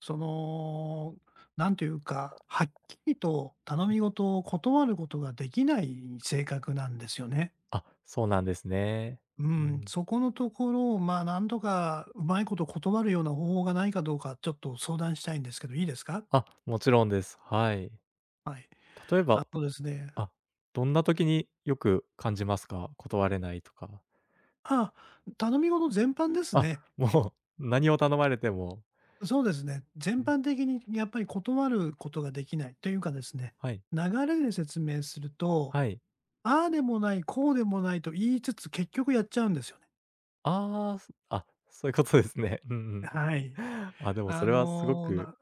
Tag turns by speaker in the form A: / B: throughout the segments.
A: その、なんというか、はっきりと頼み事を断ることができない性格なんですよね。
B: あ、そうなんですね。
A: う
B: う
A: ん、
B: ん。
A: そこのところを、まあ、なんとかうまいこと断るような方法がないかどうか、ちょっと相談したいんですけど、いいですか？
B: あ、もちろんです。はい。
A: はい。
B: 例えば、
A: あとですね、
B: あ、どんな時によく感じますか？断れないとか。
A: あ、頼み事全般です
B: あ、
A: ね。
B: もう何を頼まれても。
A: そうですね。全
B: うん。
A: 般的にやっぱり断ることができないというかですね、
B: はい、
A: 流れで説明すると、
B: はい。
A: ああでもない、こうでもないと言いつつ、結局やっちゃうんですよね。
B: ああ、そういうことですね。うんうん。
A: はい。
B: あ、でもそ
A: あ
B: れはすご
A: の、な
B: く
A: ん、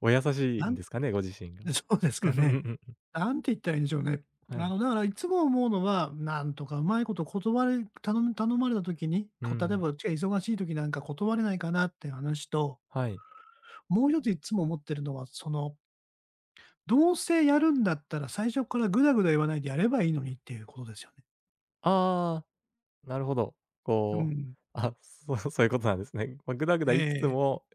B: お優しい
A: な
B: ん
A: ん
B: ですかね、ご自身が。
A: そうです
B: うん
A: か
B: うんう
A: ね。
B: んうん。
A: なんて言ったらいいんでしょうね。
B: は
A: あ
B: い。
A: の、だからいつも思うのは、なんとかうまいこと断れ頼む頼まれた時に、
B: う
A: こ例え
B: ん、
A: ばうちが忙しい時なんか断れないかなって話と、
B: はい。
A: もう一ついつも思ってるのは、どうせやるんだったら最初からぐだぐだ言わないでやればいいのにっていうことですよね。
B: ああ、なるほど。
A: う
B: こう、
A: ん。
B: あ、そう、 そういうことなんですね。ま、ぐだぐだ
A: え
B: 言いつつ
A: え。
B: も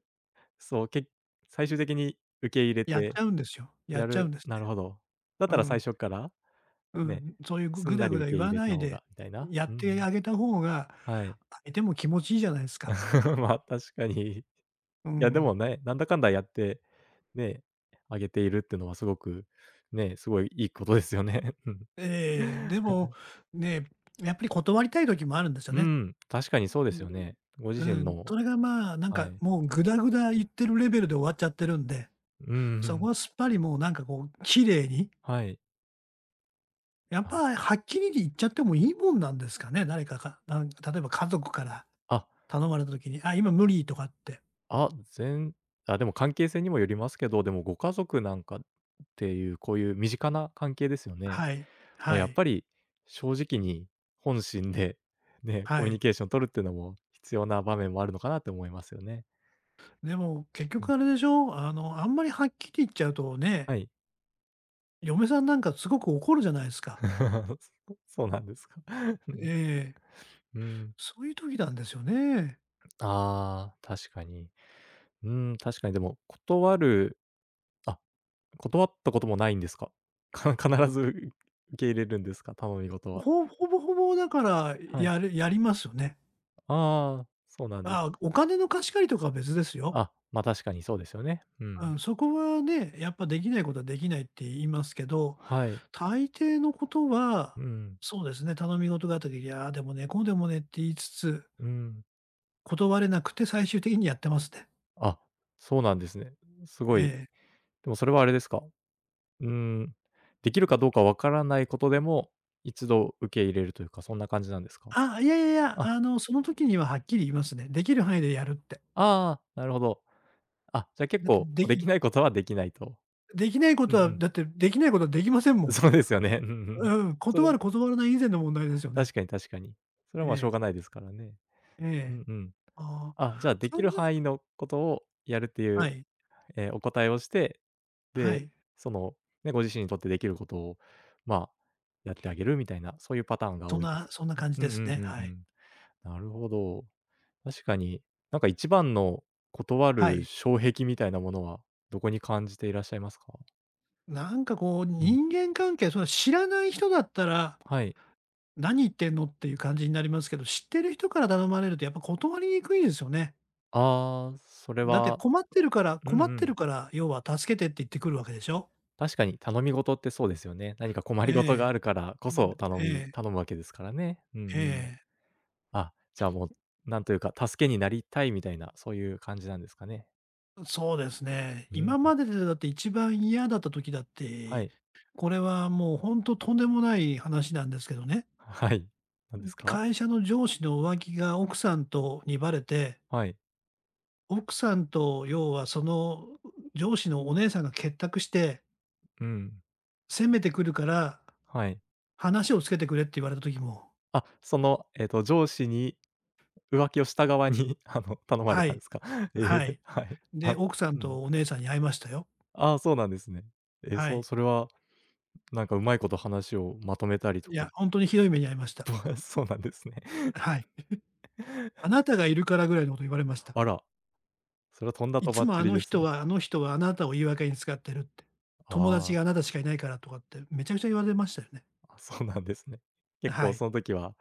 B: そう、け最終的に受け入れ
A: やっ
B: て
A: ちゃうんですよ。や
B: や
A: っちゃうん
B: る。
A: です
B: な
A: ね。
B: るほど。だっ
A: う
B: たら最
A: ん。
B: 初から、
A: う
B: ね、
A: ん、そういうぐ
B: す
A: ぐ
B: んな
A: だ
B: り
A: ぐだ
B: 受
A: 言
B: け入
A: わ
B: れ
A: な
B: た
A: い
B: 方
A: で、
B: がみたいな。
A: や
B: う
A: っ
B: んう
A: て
B: ん。
A: あげた方が、
B: はい。
A: 相手も気持ちいいじゃないですか。
B: まあ、確かに。い
A: う
B: や、で
A: ん。
B: もね、なんだかんだやって、ね、あげているってのはすごく、ね、すごいいいことですよね。うん。
A: ええ、でも、ね、やっぱり断りたい時もあるんですよ
B: う
A: ね。
B: ん、確かにそうで
A: う
B: す
A: ん、
B: よね。ご
A: う
B: 自身
A: ん、
B: の。
A: それがまあ、なん
B: は
A: か
B: い。
A: もうぐだぐだ言ってるレベルで終わっちゃってるんで、
B: うんうんう
A: そこ
B: ん。
A: はすっぱりもうなんかこう綺麗に、
B: はい。
A: やっ
B: あ、
A: ぱはっきり言っちゃってもいいもんなんですかね、誰かかなん例えば家族から
B: あ
A: 頼まれた時に、あ、今無理とかって。
B: あ、あ、でも関係性にもよりますけど、でもご家族なんかっていう、こういう身近な関係ですよね。
A: はい、
B: ま、
A: は
B: やっ
A: い、
B: ぱり正直に本心で、ね、
A: は
B: コミュニ
A: い。
B: ケーション取るっていうのも必要な場面もあるのかなって思いますよね。
A: でも、結
B: うん、
A: 局あれでしょ、あの、あんまりはっきり言っちゃうとね、
B: はい。
A: 嫁さんなんかすごく怒るじゃないですか。
B: そうなんですか。う
A: え
B: ん。
A: え、
B: うーん。
A: そういう時なんですよね。
B: ああ、確かに。うーん、確かにでも断るあ、断ったこともないんですか？必ず受け入れるんですか？頼み事は。
A: ほぼほぼだから、
B: はい。
A: やりますよね。
B: ああ、そうなんです
A: あ
B: ね。
A: お金の貸し借りとかは別ですよ。
B: あ、ま、確かにそうですよね。う
A: う
B: ん。
A: ん、そこはね、やっぱできないことはできないって言いますけど、
B: はい。
A: 大抵のことは、
B: うん、
A: そうですね、頼み事があった時、いや、でもね、こうでもねって言いつつ、
B: うん。
A: 断れなくて最終的にやってますね。
B: あ、そうなんですね。すご
A: え
B: い。
A: え。
B: でもそれはあれですか？うん、できるかどうかわからないことでも、一度受け入れるというか、そんな感じなんですか？
A: あ、いやいやいや、
B: あ、
A: あの、その時にははっきり言いますね。できる範囲でやるって。
B: ああ、なるほど。あ、じゃあ結
A: だって
B: 構、
A: で
B: で
A: き
B: きないことはできないと。うんうん。
A: だってできないことはできませんも
B: そうですよね。うんう
A: ん。
B: ん。
A: うん、
B: それ
A: 断
B: は
A: る断らない以前の問題ですよね。
B: 確かに確かに。それ
A: え
B: は、ま、しょう
A: え、
B: がないですからね。
A: え
B: う
A: え。
B: んうん。
A: ああ、
B: あ、じゃあで
A: そ
B: き
A: ん
B: る
A: な
B: 範囲のことをやるっていう、
A: はい、
B: ええ、お答えをして、
A: は
B: で、
A: い。
B: その、ね、ご自身にとってできることを、まあ、やってあげるみたいな、そういうパターンが
A: そん
B: 多いで
A: な
B: すか？
A: そんな感じ
B: う
A: で
B: ん、うんうん
A: す
B: う
A: ね。
B: ん
A: は
B: う
A: い。
B: ん、なるほど。確かに、なんか一番の断
A: は
B: る
A: い。
B: 障壁みたいなものは、どこに感じていらっしゃいますか？
A: なんかこう、
B: うん。
A: 人間関係、それは知らない人だったら、
B: はい。
A: 「何言ってんの？」っていう感じになりますけど、知ってる人から頼まれるとやっぱ断りにくいですよね。
B: ああ、それ
A: だって
B: は。うん
A: 困っ
B: う
A: てる
B: ん。
A: から、要は助けてって言ってくるわけでしょ？
B: 確かに頼み事ってそうですよね。何か困
A: え
B: りごとが
A: え
B: あるからこ
A: うん。
B: そ、
A: え。
B: 頼むわけですからね。うんう
A: ええ、え
B: ん。
A: え。
B: あ、じゃあもう、なんというか、助けになりたいみたいな、そういう感じなんですかね。
A: そうですね。
B: うん。
A: 今まででだって一番嫌だった時だっ
B: は
A: て、
B: い。
A: これはもうほんととんでもない話なんですけどね。
B: はい。なんですか？
A: 会社の上司の浮気が奥さんとにバレて、
B: はい。
A: 奥さんと要はその上司のお姉さんが結託して、
B: うん。
A: 責めてくるから
B: はい。
A: 話をつけてくれって言われた時も
B: あ、その、上司に浮気をした側に、あの、頼まれ
A: は
B: たんで
A: い、
B: すか？え
A: は
B: え、
A: い。
B: はい。
A: で、
B: あ、
A: 奥さ
B: う
A: ん
B: ん。
A: とお姉さんに会いましたよ。
B: ああ、そうなんですね。え、
A: は
B: そう
A: い。
B: それは、なんか、うまいこと話をまとめたりと
A: い
B: か。
A: や、ほんとにひどい目に遭いまし た。
B: そうなんですね。
A: は い。あなたがいるからぐらいのこと言われました。
B: あら、それはとんだ
A: い
B: と
A: つ
B: ばっ
A: も
B: ち
A: あ
B: り
A: の
B: です
A: 人
B: ね。
A: はあの人はあなたを言い訳に使ってるって。友達
B: ああ、
A: があなたしかいないからとかってめちゃくちゃ言われましたよね。
B: あ、そうなんですね。結
A: は
B: 構
A: い。
B: その時は、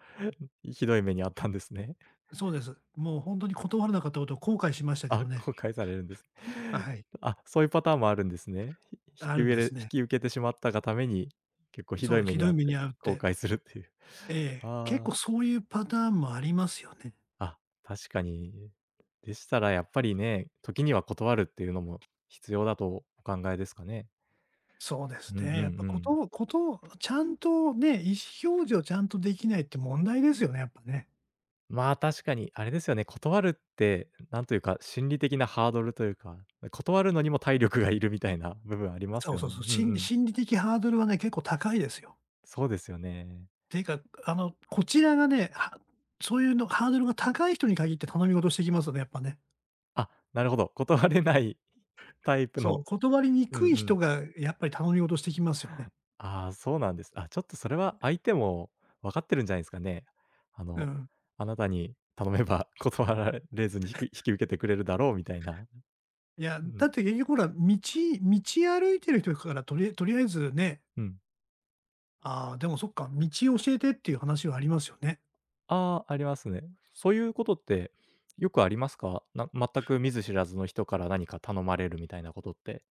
B: ひどい目に遭ったんですね。
A: そうです。もうほんとに断らなかったことを後悔しましたけど
B: あ、
A: ね。
B: 公開されるんです。
A: あ、はい。
B: あ、そういうパターンもあるんですね。ひ引
A: あ
B: き
A: るん
B: うえ
A: で
B: れ引
A: すね。
B: き受けてしまったがために、結構ひど
A: そ
B: い
A: う、
B: 目
A: ひ
B: に
A: どい
B: 遭っ
A: 目に
B: て
A: 遭うっ
B: 後
A: て。
B: 悔するっていう。
A: ええ、結
B: あ
A: 構そういうパターンもありますよね。
B: あ、あ、確かに。でしたらやっぱりね、時には断るっていうのも必要だとお考えですかね？
A: そうです
B: うんうん
A: ね。やっぱ
B: う
A: こと
B: ん。
A: をことをちゃんとね、意思表示をちゃんとできないって問題ですよね、やっぱね。
B: まあ、確かにあれですよね、断るって、なんというか、心理的なハードルというか、断るのにも体力がいるみたいな部分ありま
A: そ
B: す
A: う
B: よ
A: そうそう。
B: ね。うんうん。
A: 心理的ハードルはね、結構高いですよ。
B: そうですよね。
A: ていうか、あの、こちらがね、はそういうのハードルが高い人に限って頼み事してきますよね、やっぱね。
B: あ、なるほど。断れないタイプ
A: そ
B: の。
A: う、断りに
B: うん
A: くい
B: うん。
A: 人がやっぱり頼み事してきますよね。
B: ああ、そうなんです。あ、ちょっとそれは相手も分かってるんじゃないですかね。あ
A: う
B: の、
A: ん。
B: あなたに頼めば、 断られずに引き受けてくれるだろうみたいな。
A: いや、
B: うん、
A: だって結局ほら、道歩いてる人からとりあえずね、
B: うん。
A: ああ、でもそっか、道教えてっていう話はありますよね。
B: ああ、ありますね。そういうことってよくありますか？全く見ず知らずの人から何か頼まれるみたいなことって。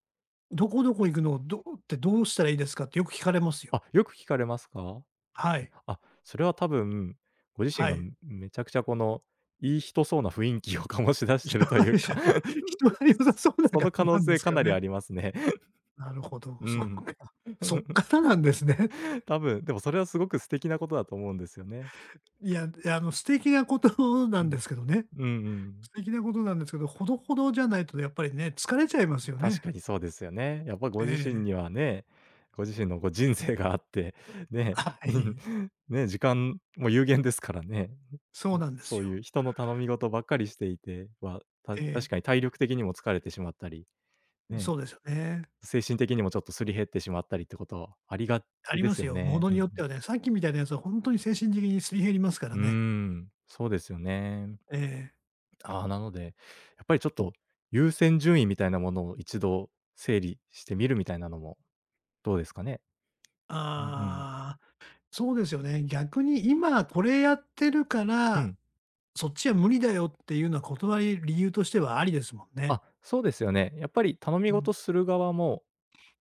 A: どこどこ行くの、どってどうしたらいいですかってよく聞かれますよ。
B: あ、よく聞かれますか？
A: はい、
B: あ、それは多分、ご自身
A: は
B: が
A: い。
B: めちゃくちゃこの、いい人そうな雰囲気を、 醸し出して
A: 人
B: ると
A: がい
B: いうか。
A: やいや、人が良さそうな
B: そ
A: 感
B: の可
A: じ
B: 能
A: なんで
B: 性
A: す
B: か
A: か
B: なりあ
A: ね。
B: りますね。
A: なるほど、
B: うん。
A: そっ からなんですね。
B: 多分、でもそれはすごく素敵なことだと思うんですよね。
A: いや、いや、あの、素敵なこと な
B: う
A: んで
B: ん。
A: すけどね。
B: うんうん。
A: 素敵なことなんですけど、ほどほどじゃないとやっぱりね、疲れちゃいますよ
B: 確
A: ね。
B: かにそうですよね。やっぱご
A: え
B: 自身
A: え。
B: にはね、ご自身のこう人生があって、ね、
A: はい。
B: ね、時間も有限ですからね。
A: そうなんです
B: そう
A: よ。
B: いう人の頼み事ばっかりしていては、
A: え
B: 確かに体力的にも疲れてしまったり
A: え、
B: ね、
A: そうですよね。
B: 精神的にもちょっとすり減ってしまったりってことありがち
A: あり
B: で
A: ま
B: す
A: す
B: よ
A: よ。も
B: ね。
A: の
B: うん
A: に
B: うん。
A: よってはね、さっきみたいなやつはほんとに精神的にすり減りますか
B: う
A: ら
B: ー
A: ね。
B: ん、そうですよね。
A: ええ。
B: ああ、なので、やっぱりちょっと優先順位みたいなものを一度整理してみるみたいなのもどうですかね？うんうん。
A: ああ、そうですよね。逆に今これやってるか
B: う
A: ら、
B: ん。
A: そっちは無理だよっていうのは断り理由としてはありですもんね。
B: あ、そうですよね。やっぱり頼み
A: うん。
B: 事する側も、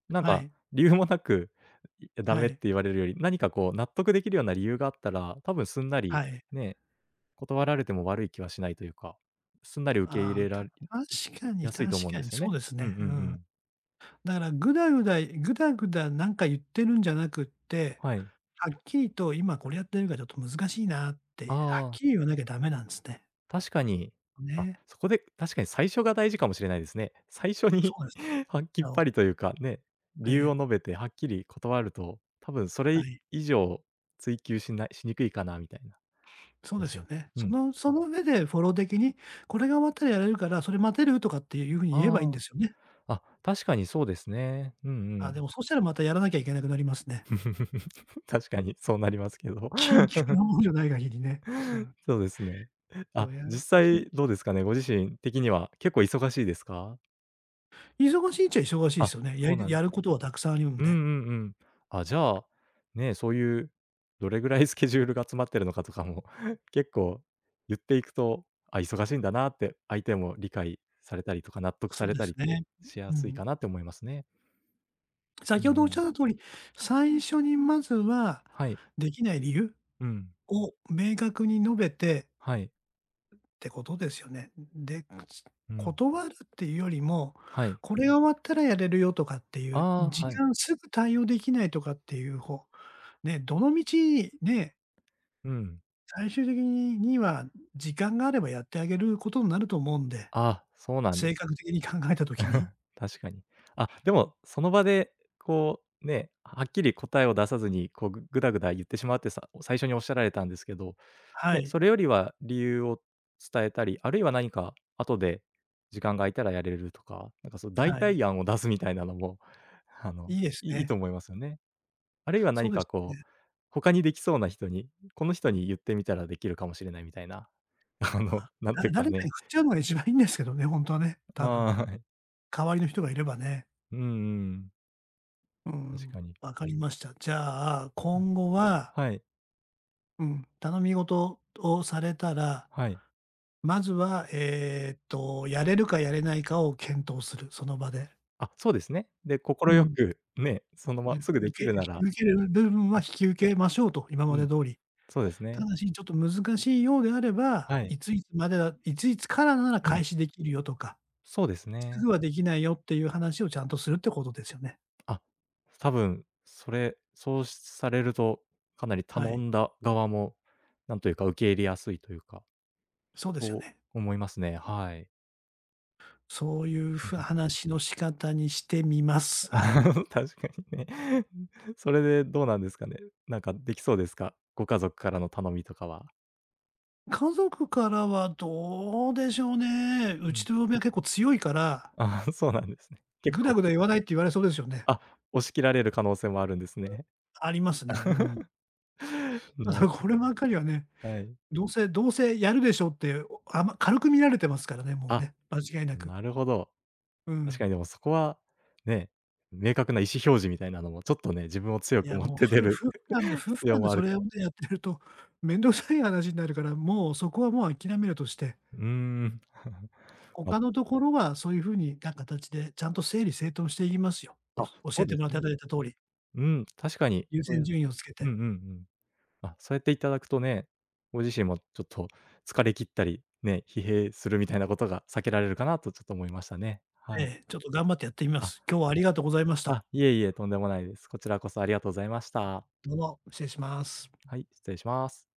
B: なん
A: は
B: か
A: い。
B: 理由もなく、ダ
A: は
B: メって
A: い。
B: 言われるより、何かこう納得できるような理由があったら、多分すんなり
A: はい。
B: ね、断られても悪い気はしないというか、すんなり受け入
A: ああ、
B: れら
A: た確かに
B: 安い
A: 確
B: と思うん
A: か
B: で
A: に、
B: すよ
A: そう
B: ね。
A: です
B: うんう
A: ね。
B: ん
A: う
B: う
A: ん。
B: ん。
A: だからぐだぐだなんか言ってるんじゃなくって、
B: はい。
A: はっきりと今これやってるからちょっと難しいなって、はっ
B: ああ、
A: きり言わなきゃダメなんですね。
B: 確かに。あ、
A: ね。
B: そこで確かに最初が大事かもしれないですね。最初
A: そ
B: に、
A: うです ね。
B: はっきっ
A: あ
B: ぱ
A: の
B: りというか、ね、
A: え
B: 理由
A: え、
B: を述べてはっきり断ると、多分そ
A: は
B: れ
A: い。
B: 以上追求しないしにくいかなみたいな
A: そ
B: 気
A: う
B: が
A: で
B: し
A: すよ
B: ます。
A: ね。
B: う
A: そ
B: ん。
A: のその上でフォロー的に、これが終わったらやれるから、それ待てる？とかっていう風に言えばいいんで
B: あ
A: すよね。
B: あ、あ、確かにそうですね。うんう
A: あ、で
B: ん。
A: もそしたらまたやらなきゃいけなくなりますね。
B: 確かにそうなりますけど。
A: 緊 急なものじゃない限りね。うん。
B: そうですね。
A: そ
B: あ、
A: うや緊
B: 実
A: 急
B: 際どうですかね、ご自身的には結構忙しいですか？
A: 忙しいっちゃ忙しいで
B: あ、
A: すよね。
B: そうなん
A: やることはたくさんあるん
B: うんう
A: で。
B: んうん。あ、じゃあ、ね、そういう、どれぐらいスケジュールが詰まってるのかとかも、 結構言っていくと、あ、忙しいんだなって、相手も理解されたりとか、納得さ
A: そう
B: れ
A: で
B: た
A: す
B: りって
A: ね。
B: しや
A: う
B: すい
A: ん。
B: かなって思いますね。うん
A: 先
B: う
A: ほどおっしゃ
B: ん。
A: った通り、最初にまずは、
B: はい。
A: できない理由
B: うん。
A: を明確に述べて
B: はい。
A: ってことですよね。で、
B: うん。
A: 断るっていうよりも、
B: はい。
A: これが終わったらやれるよとかっていう、
B: あ
A: 時
B: あ、はい。
A: 間すぐ対応できないとかっていう方、ね、どの道ね、
B: うん。
A: 最終的には時間があればやってあげることになると思うんで、
B: あ、そうなんで
A: 性
B: す。
A: 格的に考えたときに。
B: 確かに。あ、でも、その場で、こう、ね、はっきり答えを出さずに、こう、ぐだぐだ言ってしまうって、最初におっしゃられたんですけど、
A: は
B: ね、
A: い。
B: それよりは理由を伝えたり、あるいは何か後で時間が空いたらやれるとか、なんかそう代
A: はい。
B: 替案を出すみたいなのも、あの、
A: いいです
B: いいいと
A: ね。
B: 思いますよね。あるいは
A: そ
B: 何
A: うで
B: か
A: す
B: こ
A: ね。
B: う、他にできそうな人に、この人に言ってみたらできるかもしれないみたいな、あの、
A: あ
B: なん
A: あ、
B: ていうか
A: 誰か
B: ね。
A: に振っちゃうのが一番いいんですけどね、ほんとはね、多分。
B: はい。
A: 代わりの人がいればね。
B: うんうん。
A: う
B: 確
A: ん、
B: かに。
A: 分かりました。じゃあ、今後は、
B: はい、
A: うん、頼み事をされたら、
B: はい。
A: まずは、えっと、やれるかやれないかを検討する、その場で。
B: あ、そうですね。で、快
A: うん。
B: くね、そのまま
A: ね、
B: すぐで
A: 受
B: き
A: け
B: るなら。
A: 引き受ける部分は引き受けましょうと、今ま
B: う
A: で
B: ん、
A: 通り。
B: そうです
A: た
B: ね。
A: だし、ちょっと難しいようであれば、
B: はい。
A: いついつまでだいついつからなら
B: うん、
A: 開始できるよとか
B: そうです
A: す
B: ね。
A: ぐはできないよっていう話をちゃんとするってことですよね。
B: あ、多分、それ、そうされると、かなり
A: は
B: 頼
A: い。
B: んだ側も、なんというか受け入れやすいというか、
A: そうですよ
B: そう
A: ね。
B: 思いますね。はい。
A: そういう
B: うん、
A: ふ話の仕方にしてみます。はい。
B: 確かにね。それでどうなんですかね。なんかできそうですか？ご家族からの頼みとかは。
A: 家族からはどうでしょうね。う
B: うん。
A: ちの嫁は結構強いから、
B: ああ、そうなんですね。結
A: ぐだ
B: 構、
A: ぐだ言わないって言われそうですよね。
B: あ、押し切られる可能性もあるんですね。
A: ありますね。うん。た
B: な
A: だ
B: る。
A: こればっかりはね、
B: はい。
A: どうせやるでしょって、あま軽く見られてますからね、もう
B: あ、
A: ね、間違いなく。
B: なるほど。
A: う
B: 確
A: ん。
B: かにでもそこは、ね、明確な意思表示みたいなのもちょっとね、自分を強
A: い
B: く
A: や、
B: 持っ
A: もう、
B: て出る、
A: 夫婦
B: 必要
A: 間で
B: もあ
A: そ
B: るか
A: れ
B: ら。
A: をね、やってると、面倒くさい話になるから、もうそこはもう諦めるとして、
B: うーん。ま、
A: 他のところはそういう風な形でちゃんと整理整頓していきますよ。
B: あ、
A: 教
B: そ
A: え
B: う
A: て
B: で
A: も
B: す
A: らってい
B: ね。
A: ただいた通り、
B: うん、確かに、
A: 優
B: そう
A: 先
B: や
A: 順位をつけ
B: うんう
A: て、
B: んうん。あ、そうやっていただくとね、ご自身もちょっと疲れ切ったり、ね、疲弊するみたいなことが避けられるかなとちょっと思いましたね。は
A: え
B: い。
A: え、ちょっと頑張ってやってみま
B: あ、
A: す。今日はありがとうございました。
B: あ、いえいえ、とんでもないです。こちらこそありがとうございました。
A: どうも、失礼します。
B: はい、失礼します。